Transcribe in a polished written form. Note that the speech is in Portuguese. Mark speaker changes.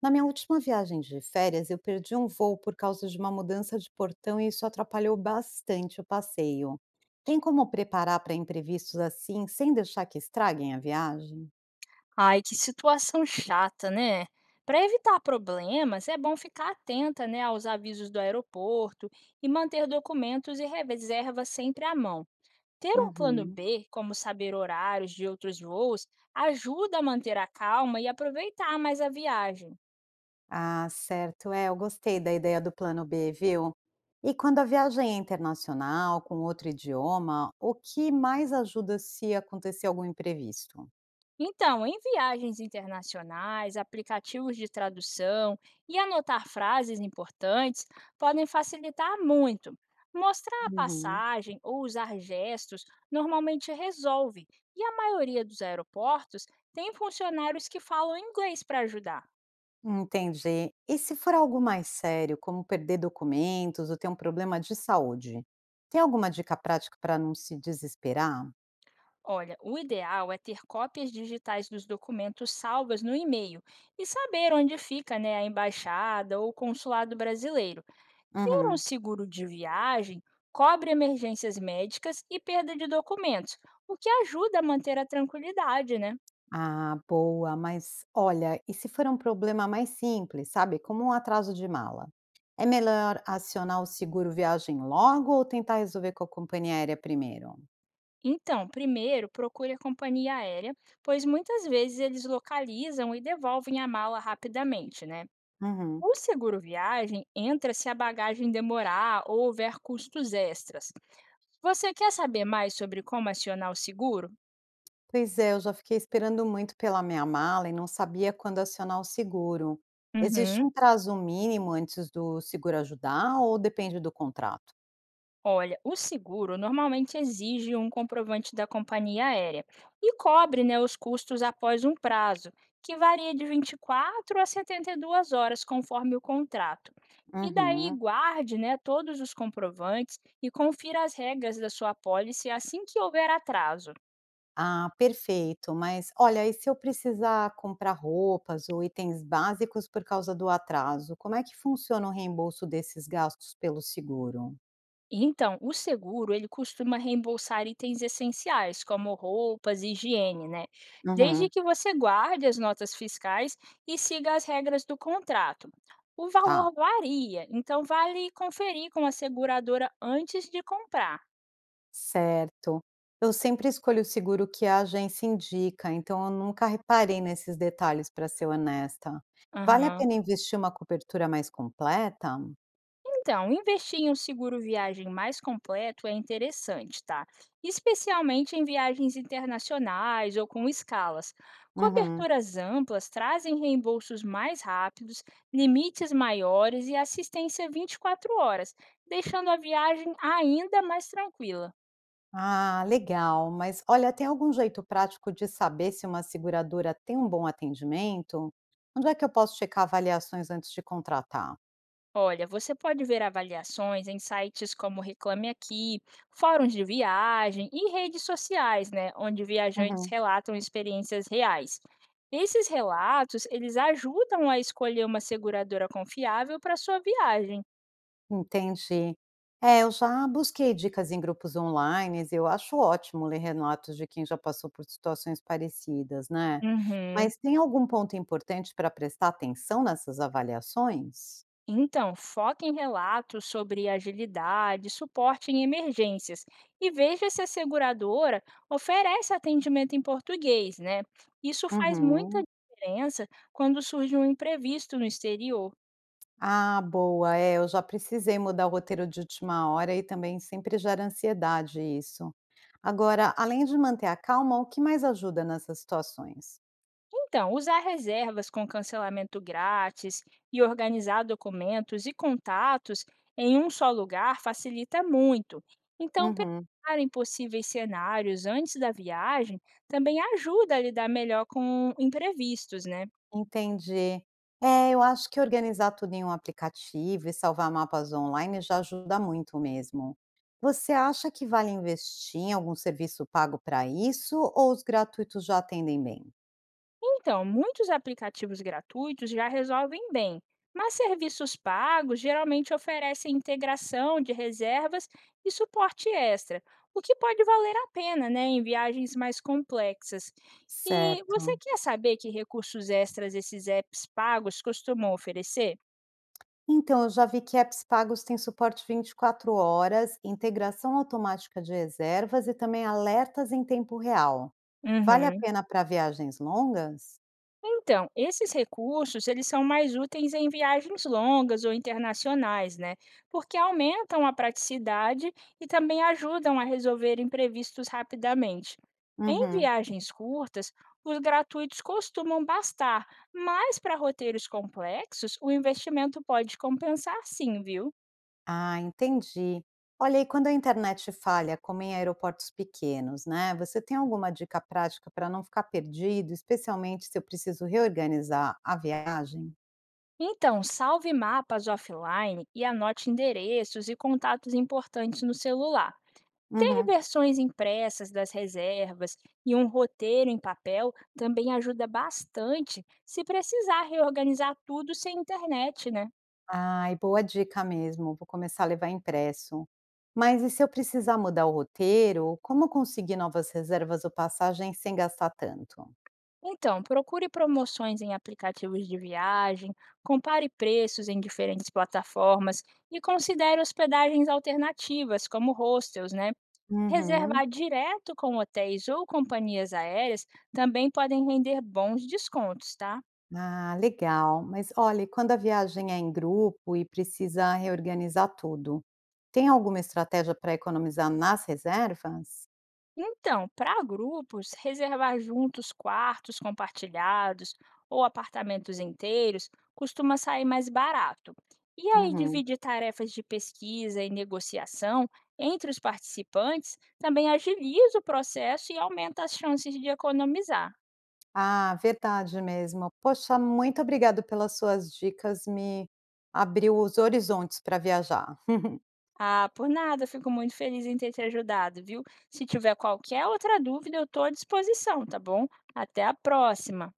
Speaker 1: Na minha última viagem de férias, eu perdi um voo por causa de uma mudança de portão e isso atrapalhou bastante o passeio. Tem como preparar para imprevistos assim, sem deixar que estraguem a viagem?
Speaker 2: Ai, que situação chata, né? Para evitar problemas, é bom ficar atenta, né, aos avisos do aeroporto e manter documentos e reservas sempre à mão. Ter um plano
Speaker 1: Uhum.
Speaker 2: B, como saber horários de outros voos, ajuda a manter a calma e aproveitar mais a viagem.
Speaker 1: Ah, certo. É, eu gostei da ideia do plano B, viu? E quando a viagem é internacional, com outro idioma, o que mais ajuda se acontecer algum imprevisto?
Speaker 2: Então, em viagens internacionais, aplicativos de tradução e anotar frases importantes podem facilitar muito. Mostrar a
Speaker 1: Uhum.
Speaker 2: passagem ou usar gestos normalmente resolve, e a maioria dos aeroportos tem funcionários que falam inglês para ajudar.
Speaker 1: Entendi. E se for algo mais sério, como perder documentos ou ter um problema de saúde, tem alguma dica prática para não se desesperar?
Speaker 2: Olha, o ideal é ter cópias digitais dos documentos salvas no e-mail e saber onde fica, né, a embaixada ou o consulado brasileiro. Ter um
Speaker 1: Uhum.
Speaker 2: seguro de viagem cobre emergências médicas e perda de documentos, o que ajuda a manter a tranquilidade, né?
Speaker 1: Ah, boa, mas olha, e se for um problema mais simples, sabe? Como um atraso de mala? É melhor acionar o seguro viagem logo ou tentar resolver com a companhia aérea primeiro?
Speaker 2: Então, primeiro, procure a companhia aérea, pois muitas vezes eles localizam e devolvem a mala rapidamente, né?
Speaker 1: Uhum.
Speaker 2: O seguro viagem entra se a bagagem demorar ou houver custos extras. Você quer saber mais sobre como acionar o seguro?
Speaker 1: Pois é, eu já fiquei esperando muito pela minha mala e não sabia quando acionar o seguro. Existe
Speaker 2: Uhum.
Speaker 1: um prazo mínimo antes do seguro ajudar ou depende do contrato?
Speaker 2: Olha, o seguro normalmente exige um comprovante da companhia aérea e cobre, né, os custos após um prazo, que varia de 24 a 72 horas, conforme o contrato. E daí
Speaker 1: Uhum.
Speaker 2: guarde, né, todos os comprovantes e confira as regras da sua pólice assim que houver atraso.
Speaker 1: Ah, perfeito. Mas olha, e se eu precisar comprar roupas ou itens básicos por causa do atraso, como é que funciona o reembolso desses gastos pelo seguro?
Speaker 2: Então, o seguro, ele costuma reembolsar itens essenciais, como roupas e higiene, né? Desde
Speaker 1: Uhum.
Speaker 2: que você guarde as notas fiscais e siga as regras do contrato. O
Speaker 1: Tá.
Speaker 2: valor varia, então vale conferir com a seguradora antes de comprar.
Speaker 1: Certo. Eu sempre escolho o seguro que a agência indica, então eu nunca reparei nesses detalhes, para ser honesta. Vale a
Speaker 2: Aham.
Speaker 1: pena investir uma cobertura mais completa?
Speaker 2: Então, investir em um seguro viagem mais completo é interessante, tá? Especialmente em viagens internacionais ou com escalas.
Speaker 1: Uhum.
Speaker 2: Coberturas amplas trazem reembolsos mais rápidos, limites maiores e assistência 24 horas, deixando a viagem ainda mais tranquila.
Speaker 1: Ah, legal. Mas olha, tem algum jeito prático de saber se uma seguradora tem um bom atendimento? Onde é que eu posso checar avaliações antes de contratar?
Speaker 2: Olha, você pode ver avaliações em sites como Reclame Aqui, fóruns de viagem e redes sociais, né, onde viajantes
Speaker 1: Uhum.
Speaker 2: relatam experiências reais. Esses relatos, eles ajudam a escolher uma seguradora confiável para sua viagem.
Speaker 1: Entendi. É, eu já busquei dicas em grupos online. Eu acho ótimo ler relatos de quem já passou por situações parecidas, né.
Speaker 2: Uhum.
Speaker 1: Mas tem algum ponto importante para prestar atenção nessas avaliações?
Speaker 2: Então, foque em relatos sobre agilidade, suporte em emergências e veja se a seguradora oferece atendimento em português, né? Isso faz muita
Speaker 1: Uhum.
Speaker 2: diferença quando surge um imprevisto no exterior.
Speaker 1: Ah, boa, é, eu já precisei mudar o roteiro de última hora e também sempre gera ansiedade isso. Agora, além de manter a calma, o que mais ajuda nessas situações?
Speaker 2: Então, usar reservas com cancelamento grátis e organizar documentos e contatos em um só lugar facilita muito. Então,
Speaker 1: Uhum.
Speaker 2: pensar em possíveis cenários antes da viagem também ajuda a lidar melhor com imprevistos, né?
Speaker 1: Entendi. É, eu acho que organizar tudo em um aplicativo e salvar mapas online já ajuda muito mesmo. Você acha que vale investir em algum serviço pago para isso ou os gratuitos já atendem bem?
Speaker 2: Então, muitos aplicativos gratuitos já resolvem bem, mas serviços pagos geralmente oferecem integração de reservas e suporte extra, o que pode valer a pena, né, em viagens mais complexas. E você
Speaker 1: Certo.
Speaker 2: quer saber que recursos extras esses apps pagos costumam oferecer?
Speaker 1: Então, eu já vi que apps pagos têm suporte 24 horas, integração automática de reservas e também alertas em tempo real. Vale a
Speaker 2: Uhum.
Speaker 1: pena para viagens longas?
Speaker 2: Então, esses recursos, eles são mais úteis em viagens longas ou internacionais, né? Porque aumentam a praticidade e também ajudam a resolver imprevistos rapidamente. Em
Speaker 1: Uhum.
Speaker 2: viagens curtas, os gratuitos costumam bastar, mas para roteiros complexos, o investimento pode compensar, sim, viu?
Speaker 1: Ah, entendi. Olha, e quando a internet falha, como em aeroportos pequenos, né? Você tem alguma dica prática para não ficar perdido, especialmente se eu preciso reorganizar a viagem?
Speaker 2: Então, salve mapas offline e anote endereços e contatos importantes no celular. Ter
Speaker 1: Uhum.
Speaker 2: versões impressas das reservas e um roteiro em papel também ajuda bastante se precisar reorganizar tudo sem internet, né?
Speaker 1: Ai, boa dica mesmo. Vou começar a levar impresso. Mas e se eu precisar mudar o roteiro, como conseguir novas reservas ou passagens sem gastar tanto?
Speaker 2: Então, procure promoções em aplicativos de viagem, compare preços em diferentes plataformas e considere hospedagens alternativas, como hostels, né?
Speaker 1: Uhum.
Speaker 2: Reservar direto com hotéis ou companhias aéreas também podem render bons descontos, tá?
Speaker 1: Ah, legal. Mas olhe, quando a viagem é em grupo e precisa reorganizar tudo, tem alguma estratégia para economizar nas reservas?
Speaker 2: Então, para grupos, reservar juntos quartos compartilhados ou apartamentos inteiros costuma sair mais barato. E aí,
Speaker 1: Uhum.
Speaker 2: dividir tarefas de pesquisa e negociação entre os participantes também agiliza o processo e aumenta as chances de economizar.
Speaker 1: Ah, verdade mesmo. Poxa, muito obrigado pelas suas dicas, me abriu os horizontes para viajar.
Speaker 2: Ah, por nada, fico muito feliz em ter te ajudado, viu? Se tiver qualquer outra dúvida, eu estou à disposição, tá bom? Até a próxima!